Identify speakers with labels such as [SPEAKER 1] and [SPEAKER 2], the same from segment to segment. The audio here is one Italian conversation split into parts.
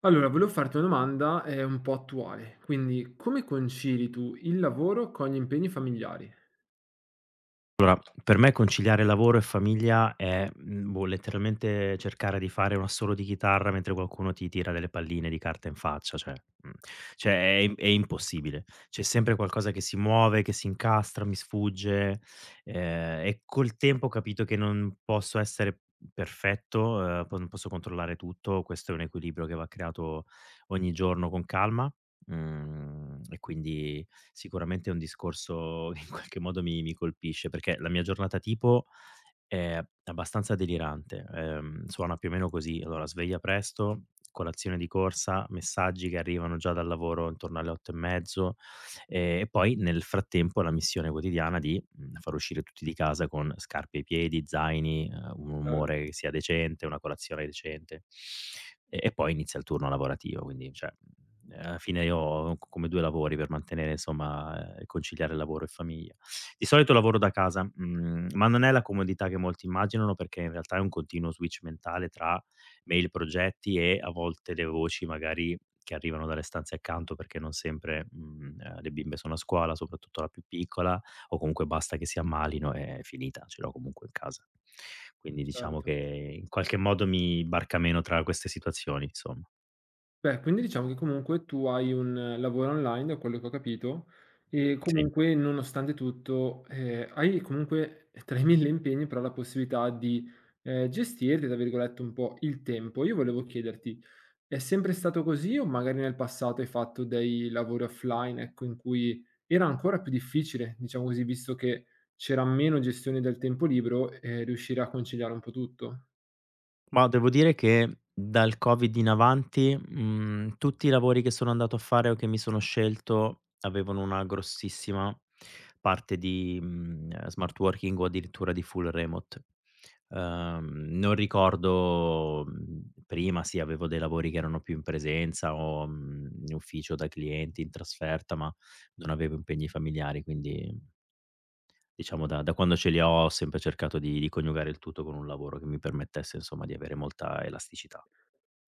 [SPEAKER 1] Allora, volevo farti una domanda, un po' attuale. Quindi, come concili tu il lavoro con gli impegni familiari?
[SPEAKER 2] Allora, per me conciliare lavoro e famiglia è, boh, letteralmente cercare di fare un assolo di chitarra mentre qualcuno ti tira delle palline di carta in faccia. Cioè mhmm, cioè è impossibile. C'è sempre qualcosa che si muove, che si incastra, mi sfugge. E col tempo ho capito che non posso essere perfetto, po non posso controllare tutto. Questo è un equilibrio che va creato ogni giorno con calma. E quindi sicuramente è un discorso che in qualche modo mi colpisce, perché la mia giornata tipo è abbastanza delirante. Suona più o meno così: allora sveglia presto, colazione di corsa, messaggi che arrivano già dal lavoro intorno alle 8 e mezzo. E poi nel frattempo la missione quotidiana di, far uscire tutti di casa con scarpe ai piedi, zaini, un
[SPEAKER 1] Cer
[SPEAKER 2] umore che sia decente, una colazione decente. E poi inizia il turno lavorativo, quindi, cioè, alla fine io ho co come 2 lavori per mantenere, insomma, conciliare lavoro e famiglia. Di solito lavoro da casa, ma non è la comodità che molti immaginano, perché in realtà è un continuo switch mentale tra mail, progetti e a volte le voci magari che arrivano dalle stanze accanto, perché non sempre, le bimbe sono a scuola, soprattutto la più piccola, o comunque basta che si ammalino e è finita, ce l'ho comunque in casa. Quindi diciamo
[SPEAKER 1] certo.
[SPEAKER 2] che in qualche modo mi barca meno tra queste situazioni, insomma.
[SPEAKER 1] Beh, quindi diciamo che comunque tu hai un lavoro online, da quello che ho capito, e
[SPEAKER 2] Sì.
[SPEAKER 1] comunque nonostante tutto, hai comunque tra i 1000 impegni però la possibilità di, gestirti, tra virgolette, un po' il tempo. Io volevo chiederti: è sempre stato così o magari nel passato hai fatto dei lavori offline, ecco, in cui era ancora più difficile, diciamo così, visto che c'era meno gestione del tempo libero, riuscire a conciliare un po' tutto?
[SPEAKER 2] Ma devo dire che dal Covid in avanti, tutti i lavori che sono andato a fare o che mi sono scelto avevano una grossissima parte di, smart working o addirittura di full remote. Uhm, Non ricordo, prima sì, avevo dei lavori che erano più in presenza o, in ufficio da clienti, in trasferta, ma non avevo impegni familiari, quindi, diciamo, da quando ce li ho, ho sempre cercato di coniugare il tutto con un lavoro che mi permettesse, insomma, di avere molta elasticità.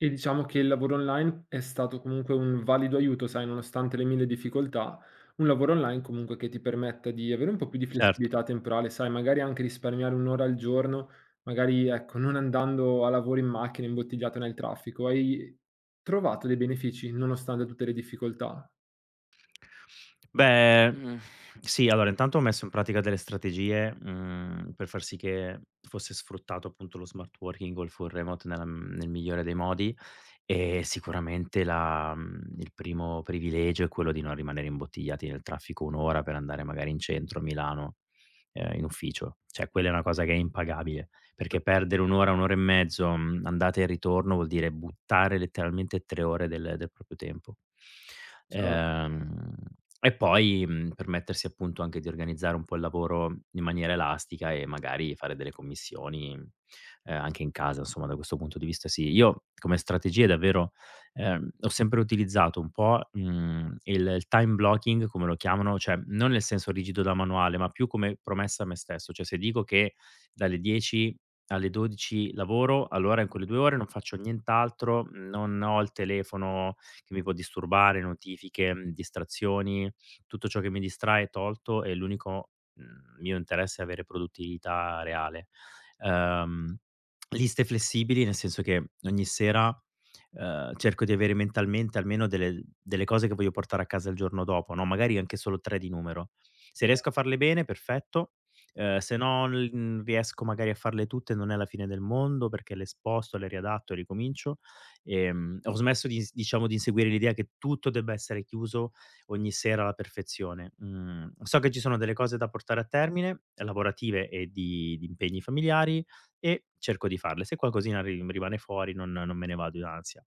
[SPEAKER 1] E diciamo che il lavoro online è stato comunque un valido aiuto, sai, nonostante le mille difficoltà, un lavoro online comunque che ti permetta di avere un po' più di
[SPEAKER 2] Certo.
[SPEAKER 1] flessibilità temporale, sai, magari anche risparmiare un'ora al giorno, magari ecco, non andando a lavoro in macchina, imbottigliato nel traffico. Hai trovato dei benefici nonostante tutte le difficoltà?
[SPEAKER 2] Beh, sì, allora intanto ho messo in pratica delle strategie, per far sì che fosse sfruttato appunto lo smart working o il full remote nel migliore dei modi, e sicuramente il primo privilegio è quello di non rimanere imbottigliati nel traffico 1 ora per andare magari in centro a Milano, in ufficio. Cioè quella è una cosa che è impagabile, perché perdere 1 ora, 1 ora e mezzo, andata e ritorno, vuol dire buttare letteralmente 3 ore del proprio tempo.
[SPEAKER 1] Cioè,
[SPEAKER 2] Ehm, e poi, permettersi appunto anche di organizzare un po' il lavoro in maniera elastica e magari fare delle commissioni, anche in casa, insomma, da questo punto di vista sì. Io, come strategie, davvero, ho sempre utilizzato un po', il time blocking come lo chiamano, cioè non nel senso rigido da manuale, ma più come promessa a me stesso. Cioè se dico che dalle 10 alle 12 lavoro, allora in quelle 2 ore non faccio nient'altro, non ho il telefono che mi può disturbare, notifiche, distrazioni, tutto ciò che mi distrae è tolto e l'unico, mio interesse è avere produttività reale. Ehm, Liste flessibili, nel senso che ogni sera, cerco di avere mentalmente almeno delle cose che voglio portare a casa il giorno dopo, no, magari anche solo 3 di numero. Se riesco a farle bene, perfetto. Se non riesco magari a farle tutte non è la fine del mondo, perché le sposto, le riadatto e ricomincio. Ho smesso di ins diciamo di inseguire l'idea che tutto debba essere chiuso ogni sera alla perfezione. Mhmm, so che ci sono delle cose da portare a termine, lavorative e di impegni familiari, e cerco di farle. Se qualcosina ri rimane fuori non me ne vado in ansia.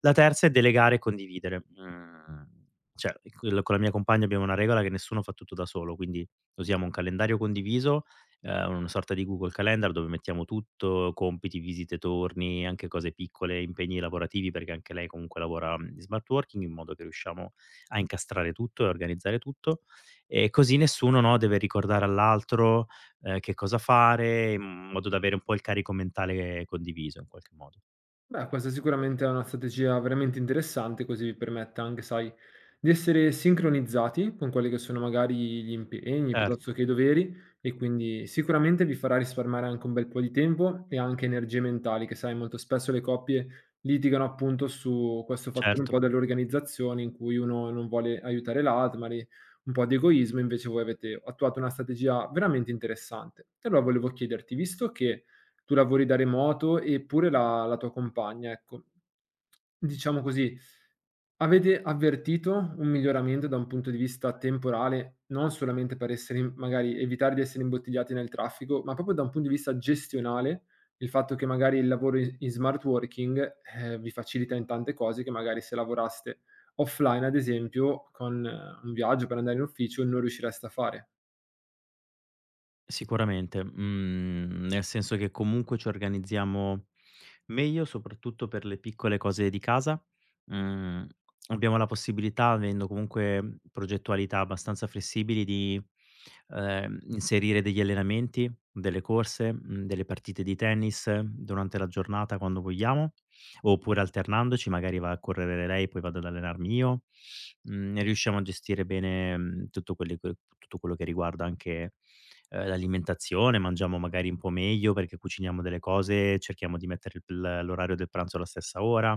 [SPEAKER 2] La terza è delegare e condividere. Mhmm, cioè, il con la mia compagna abbiamo una regola che nessuno fa tutto da solo, quindi usiamo un calendario condiviso, una sorta di Google Calendar dove mettiamo tutto: compiti, visite, torni, anche cose piccole, impegni lavorativi, perché anche lei comunque lavora, in smart working, in modo che riusciamo a incastrare tutto e organizzare tutto. E così nessuno, no, deve ricordare all'altro, che cosa fare, in modo da avere un po' il carico mentale condiviso in qualche modo.
[SPEAKER 1] beh, questa sicuramente è una strategia veramente interessante, così vi permette anche, sai, di essere sincronizzati con quelli che sono magari gli impegni, sì, piuttosto
[SPEAKER 2] Certo,
[SPEAKER 1] che i doveri, e quindi sicuramente vi farà risparmiare anche un bel po' di tempo e anche energie mentali, che sai, molto spesso le coppie litigano appunto su questo fattore un po'
[SPEAKER 2] certo,
[SPEAKER 1] dell'organizzazione in cui uno non vuole aiutare l'altro, magari un po' di egoismo, invece voi avete attuato una strategia veramente interessante. E allora volevo chiederti, visto che tu lavori da remoto e pure la tua compagna, ecco. Diciamo così, avete avvertito un miglioramento da un punto di vista temporale, non solamente per essere in magari evitare di essere imbottigliati nel traffico, ma proprio da un punto di vista gestionale, il fatto che magari il lavoro i in smart working, vi facilita in tante cose che magari se lavoraste offline, ad esempio, con un viaggio per andare in ufficio non riuscireste a fare.
[SPEAKER 2] sicuramente. Mhmm, Nel senso che comunque ci organizziamo meglio, soprattutto per le piccole cose di casa. Mhmm, Abbiamo la possibilità, avendo comunque progettualità abbastanza flessibili, di, inserire degli allenamenti, delle corse, delle partite di tennis, durante la giornata quando vogliamo, oppure alternandoci: magari va a correre lei, poi vado ad allenarmi io. E riusciamo a gestire bene, tutto quello che riguarda anche, l'alimentazione. Mangiamo magari un po' meglio perché cuciniamo delle cose, cerchiamo di mettere il l l'orario del pranzo alla stessa ora.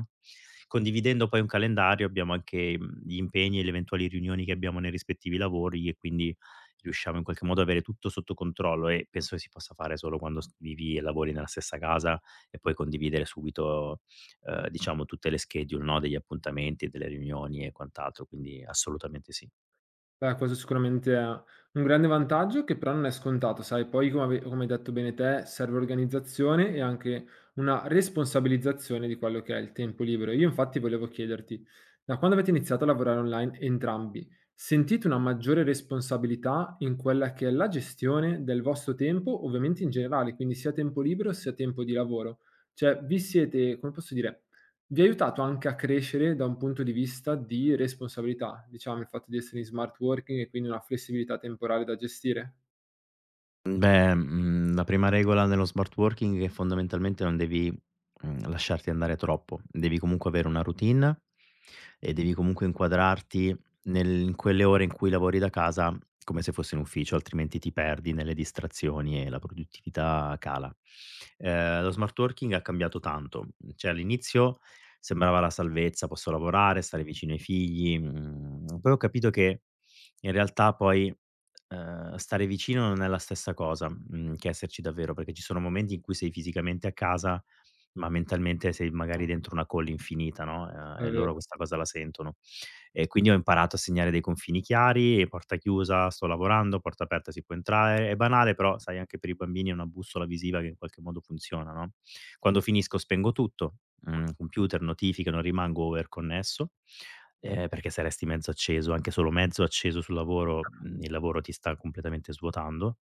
[SPEAKER 2] Condividendo poi un calendario, abbiamo anche, gli impegni e le eventuali riunioni che abbiamo nei rispettivi lavori, e quindi riusciamo in qualche modo ad avere tutto sotto controllo, e penso che si possa fare solo quando s vivi e lavori nella stessa casa e puoi condividere subito, diciamo, tutte le schedule, no, degli appuntamenti, delle riunioni e quant'altro. Quindi, assolutamente sì.
[SPEAKER 1] Beh, questo sicuramente è un grande vantaggio che però non è scontato, sai, poi come hai detto bene te, serve organizzazione e anche una responsabilizzazione di quello che è il tempo libero. Io infatti volevo chiederti, da quando avete iniziato a lavorare online entrambi, sentite una maggiore responsabilità in quella che è la gestione del vostro tempo, ovviamente in generale, quindi sia tempo libero sia tempo di lavoro? Cioè vi siete, come posso dire, vi ha aiutato anche a crescere da un punto di vista di responsabilità, diciamo il fatto di essere in smart working e quindi una flessibilità temporale da gestire?
[SPEAKER 2] Beh, la prima regola nello smart working è che, fondamentalmente, non devi, lasciarti andare troppo. Devi comunque avere una routine e devi comunque inquadrarti nel in quelle ore in cui lavori da casa come se fossi in ufficio, altrimenti ti perdi nelle distrazioni e la produttività cala. Lo smart working ha cambiato tanto. Cioè all'inizio sembrava la salvezza: posso lavorare, stare vicino ai figli. Mhmm, Poi ho capito che, in realtà, poi, stare vicino non è la stessa cosa, che esserci davvero, perché ci sono momenti in cui sei fisicamente a casa, ma mentalmente sei magari dentro una call infinita, no,
[SPEAKER 1] È
[SPEAKER 2] e loro
[SPEAKER 1] vero,
[SPEAKER 2] questa cosa la sentono. E quindi ho imparato a segnare dei confini chiari: porta chiusa, sto lavorando; porta aperta, si può entrare. È banale, però sai, anche per i bambini è una bussola visiva che in qualche modo funziona, no. Quando finisco spengo tutto, computer, notifiche, non rimango overconnesso, perché se resti mezzo acceso, anche solo mezzo acceso sul lavoro, il lavoro ti sta completamente svuotando.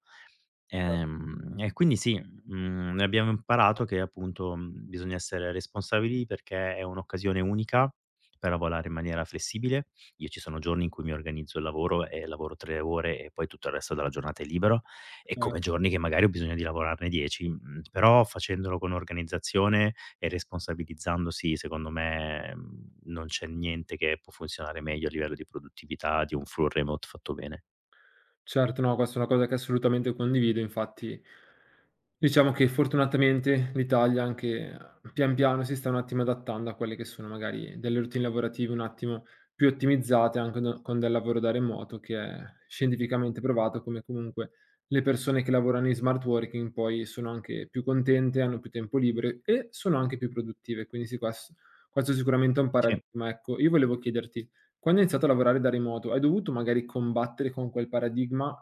[SPEAKER 2] E quindi sì, abbiamo imparato che, appunto, bisogna essere responsabili perché è un'occasione unica per lavorare in maniera flessibile. Io ci sono giorni in cui mi organizzo il lavoro e lavoro 3 ore e poi tutto il resto della giornata è libero, e
[SPEAKER 1] cioè
[SPEAKER 2] come giorni che magari ho bisogno di lavorarne 10, però facendolo con organizzazione e responsabilizzandosi, secondo me, non c'è niente che può funzionare meglio a livello di produttività di un full remote fatto bene.
[SPEAKER 1] certo, no, questa è una cosa che assolutamente condivido. Infatti, diciamo che fortunatamente l'Italia anche pian piano si sta un attimo adattando a quelle che sono magari delle routine lavorative un attimo più ottimizzate anche con del lavoro da remoto, che è scientificamente provato come comunque le persone che lavorano in smart working poi sono anche più contente, hanno più tempo libero e sono anche più produttive. Quindi sì, questo sicuramente è un
[SPEAKER 2] Sì.
[SPEAKER 1] paradigma. Ecco, io volevo chiederti quando hai iniziato a lavorare da remoto, hai dovuto magari combattere con quel paradigma,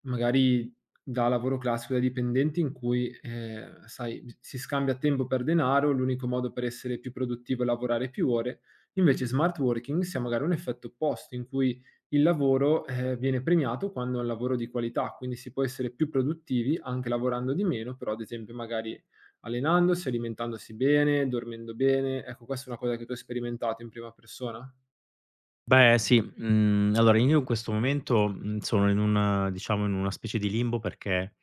[SPEAKER 1] magari da lavoro classico da dipendenti in cui, sai, b si scambia tempo per denaro, l'unico modo per essere più produttivo è lavorare più ore. Invece smart working si ha magari un effetto opposto, in cui il lavoro, viene premiato quando è un lavoro di qualità, quindi si può essere più produttivi anche lavorando di meno, però ad esempio magari allenandosi, alimentandosi bene, dormendo bene. Ecco, questa è una cosa che tu hai sperimentato in prima persona?
[SPEAKER 2] Beh sì, allora io in questo momento, sono in un, diciamo, in una specie di limbo, perché,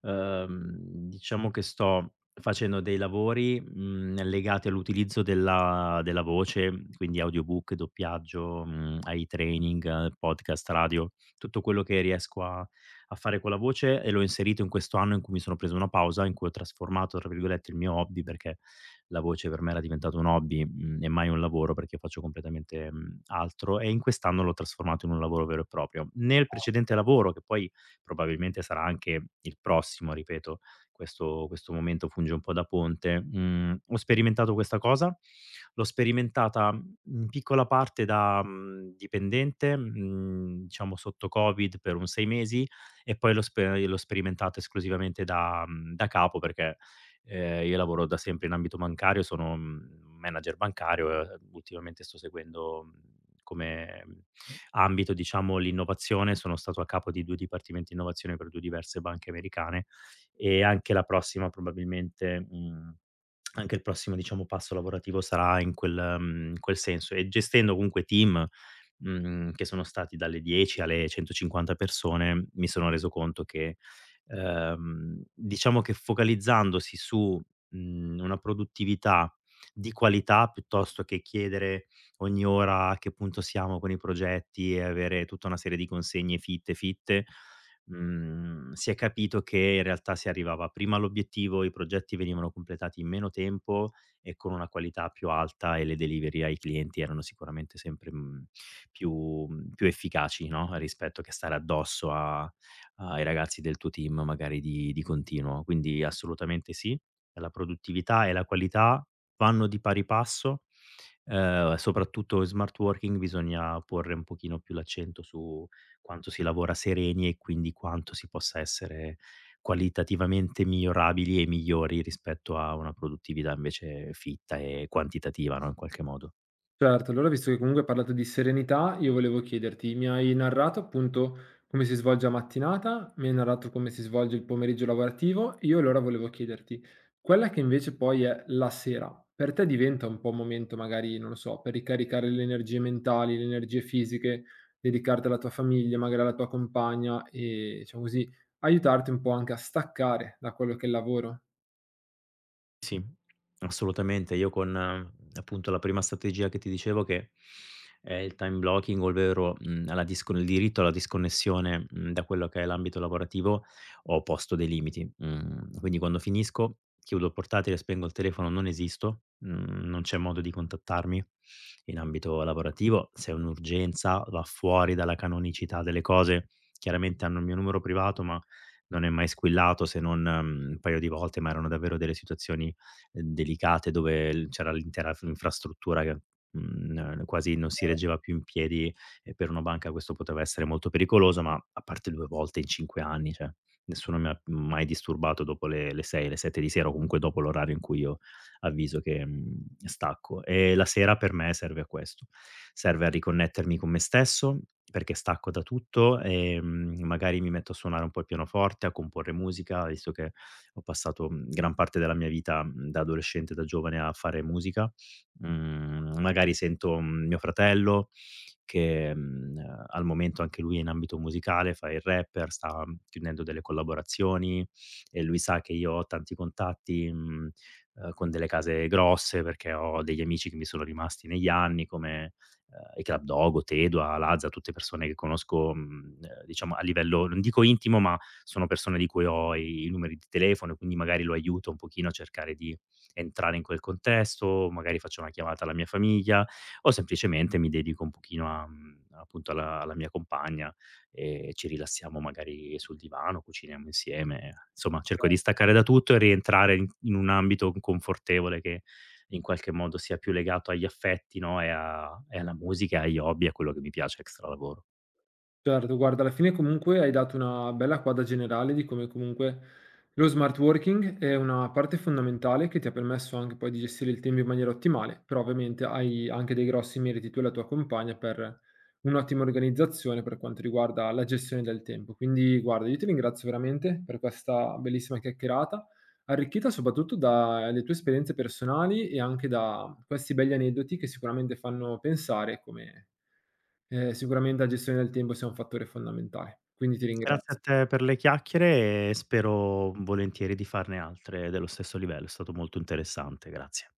[SPEAKER 2] uhm, diciamo che sto facendo dei lavori, legati all'utilizzo della voce, quindi audiobook, doppiaggio, ai training, podcast, radio, tutto quello che riesco a fare con la voce, e l'ho inserito in questo anno in cui mi sono preso una pausa, in cui ho trasformato, tra virgolette, "il mio hobby", perché la voce per me era diventata un hobby, e mai un lavoro, perché faccio completamente, altro, e in quest'anno l'ho trasformato in un lavoro vero e proprio. Nel precedente lavoro, che poi probabilmente sarà anche il prossimo, ripeto, questo momento funge un po' da ponte, ho sperimentato questa cosa, l'ho sperimentata, in piccola parte da, dipendente, diciamo sotto Covid per un 6 mesi, e poi l'ho sperimentata esclusivamente da, da capo, perché, io lavoro da sempre in ambito bancario, sono, manager bancario, e ultimamente sto seguendo, come, mhmm, ambito, diciamo, l'innovazione. Sono stato a capo di 2 dipartimenti innovazione per 2 diverse banche americane, e anche la prossima probabilmente, anche il prossimo, diciamo, passo lavorativo sarà in in quel senso, e gestendo comunque team, che sono stati dalle 10 alle 150 persone, mi sono reso conto che, diciamo che, focalizzandosi su, una produttività di qualità, piuttosto che chiedere ogni ora a che punto siamo con i progetti e avere tutta una serie di consegne fitte, fitte, si è capito che in realtà si arrivava prima all'obiettivo, i progetti venivano completati in meno tempo e con una qualità più alta, e le delivery ai clienti erano sicuramente sempre, più, più efficaci, no, rispetto che stare addosso a ai ragazzi del tuo team magari di continuo. Quindi assolutamente sì, la produttività e la qualità vanno di pari passo, soprattutto in smart working bisogna porre un pochino più l'accento su quanto si lavora sereni e quindi quanto si possa essere qualitativamente migliorabili e migliori rispetto a una produttività invece fitta e quantitativa, no, in qualche modo.
[SPEAKER 1] Certo, allora visto che comunque hai parlato di serenità, io volevo chiederti, mi hai narrato appunto come si svolge la mattinata, mi hai narrato come si svolge il pomeriggio lavorativo, io allora volevo chiederti, quella che invece poi è la sera, per te diventa un po' un momento magari, non lo so, per ricaricare le energie mentali, le energie fisiche, dedicarti alla tua famiglia, magari alla tua compagna e diciamo così, aiutarti un po' anche a staccare da quello che è il lavoro?
[SPEAKER 2] Sì, assolutamente. Io con, appunto, la prima strategia che ti dicevo, che è il time blocking, ovvero, mhmm, alla discon il diritto alla disconnessione, da quello che è l'ambito lavorativo, ho posto dei limiti. Mhmm, quindi quando finisco chiudo il portatile, spengo il telefono, non esisto, non c'è modo di contattarmi in ambito lavorativo. Se è un'urgenza va fuori dalla canonicità delle cose. Chiaramente hanno il mio numero privato, ma non è mai squillato se non, un paio di volte, ma erano davvero delle situazioni, delicate, dove l c'era l'intera f infrastruttura che, quasi non si reggeva più in piedi, e per una banca questo poteva essere molto pericoloso. Ma a parte 2 volte in 5 anni, cioè, nessuno mi ha mai disturbato dopo le 6, le 7 di sera o comunque dopo l'orario in cui io avviso che, stacco. E la sera per me serve a questo, serve a riconnettermi con me stesso, perché stacco da tutto, magari mi metto a suonare un po' il pianoforte, a comporre musica, visto che ho passato, gran parte della mia vita, da adolescente, da giovane, a fare musica. Magari sento, mio fratello che, al momento anche lui è in ambito musicale, fa il rapper, sta, chiudendo delle collaborazioni, e lui sa che io ho tanti contatti, con delle case grosse, perché ho degli amici che mi sono rimasti negli anni come, i Club Dogo, Tedua, Lazza, tutte persone che conosco, diciamo a livello non dico intimo, ma sono persone di cui ho i numeri di telefono, quindi magari lo aiuto un pochino a cercare di entrare in quel contesto, magari faccio una chiamata alla mia famiglia o semplicemente mi dedico un pochino a, appunto, alla mia compagna, e ci rilassiamo magari sul divano, cuciniamo insieme, insomma cerco di staccare da tutto e rientrare in un ambito confortevole che in qualche modo sia più legato agli affetti, no, e a e alla musica, agli hobby, a quello che mi piace extra lavoro.
[SPEAKER 1] Certo, guarda, alla fine comunque hai dato una bella quadra generale di come comunque lo smart working è una parte fondamentale che ti ha permesso anche poi di gestire il tempo in maniera ottimale, però ovviamente hai anche dei grossi meriti tu e la tua compagna per un'ottima organizzazione per quanto riguarda la gestione del tempo. Quindi guarda, io ti ringrazio veramente per questa bellissima chiacchierata, arricchita soprattutto dalle tue esperienze personali e anche da questi begli aneddoti che sicuramente fanno pensare come sicuramente la gestione del tempo sia un fattore fondamentale, quindi ti
[SPEAKER 2] Grazie a
[SPEAKER 1] ringrazio.
[SPEAKER 2] te per le chiacchiere e spero volentieri di farne altre dello stesso livello. È stato molto interessante. Grazie.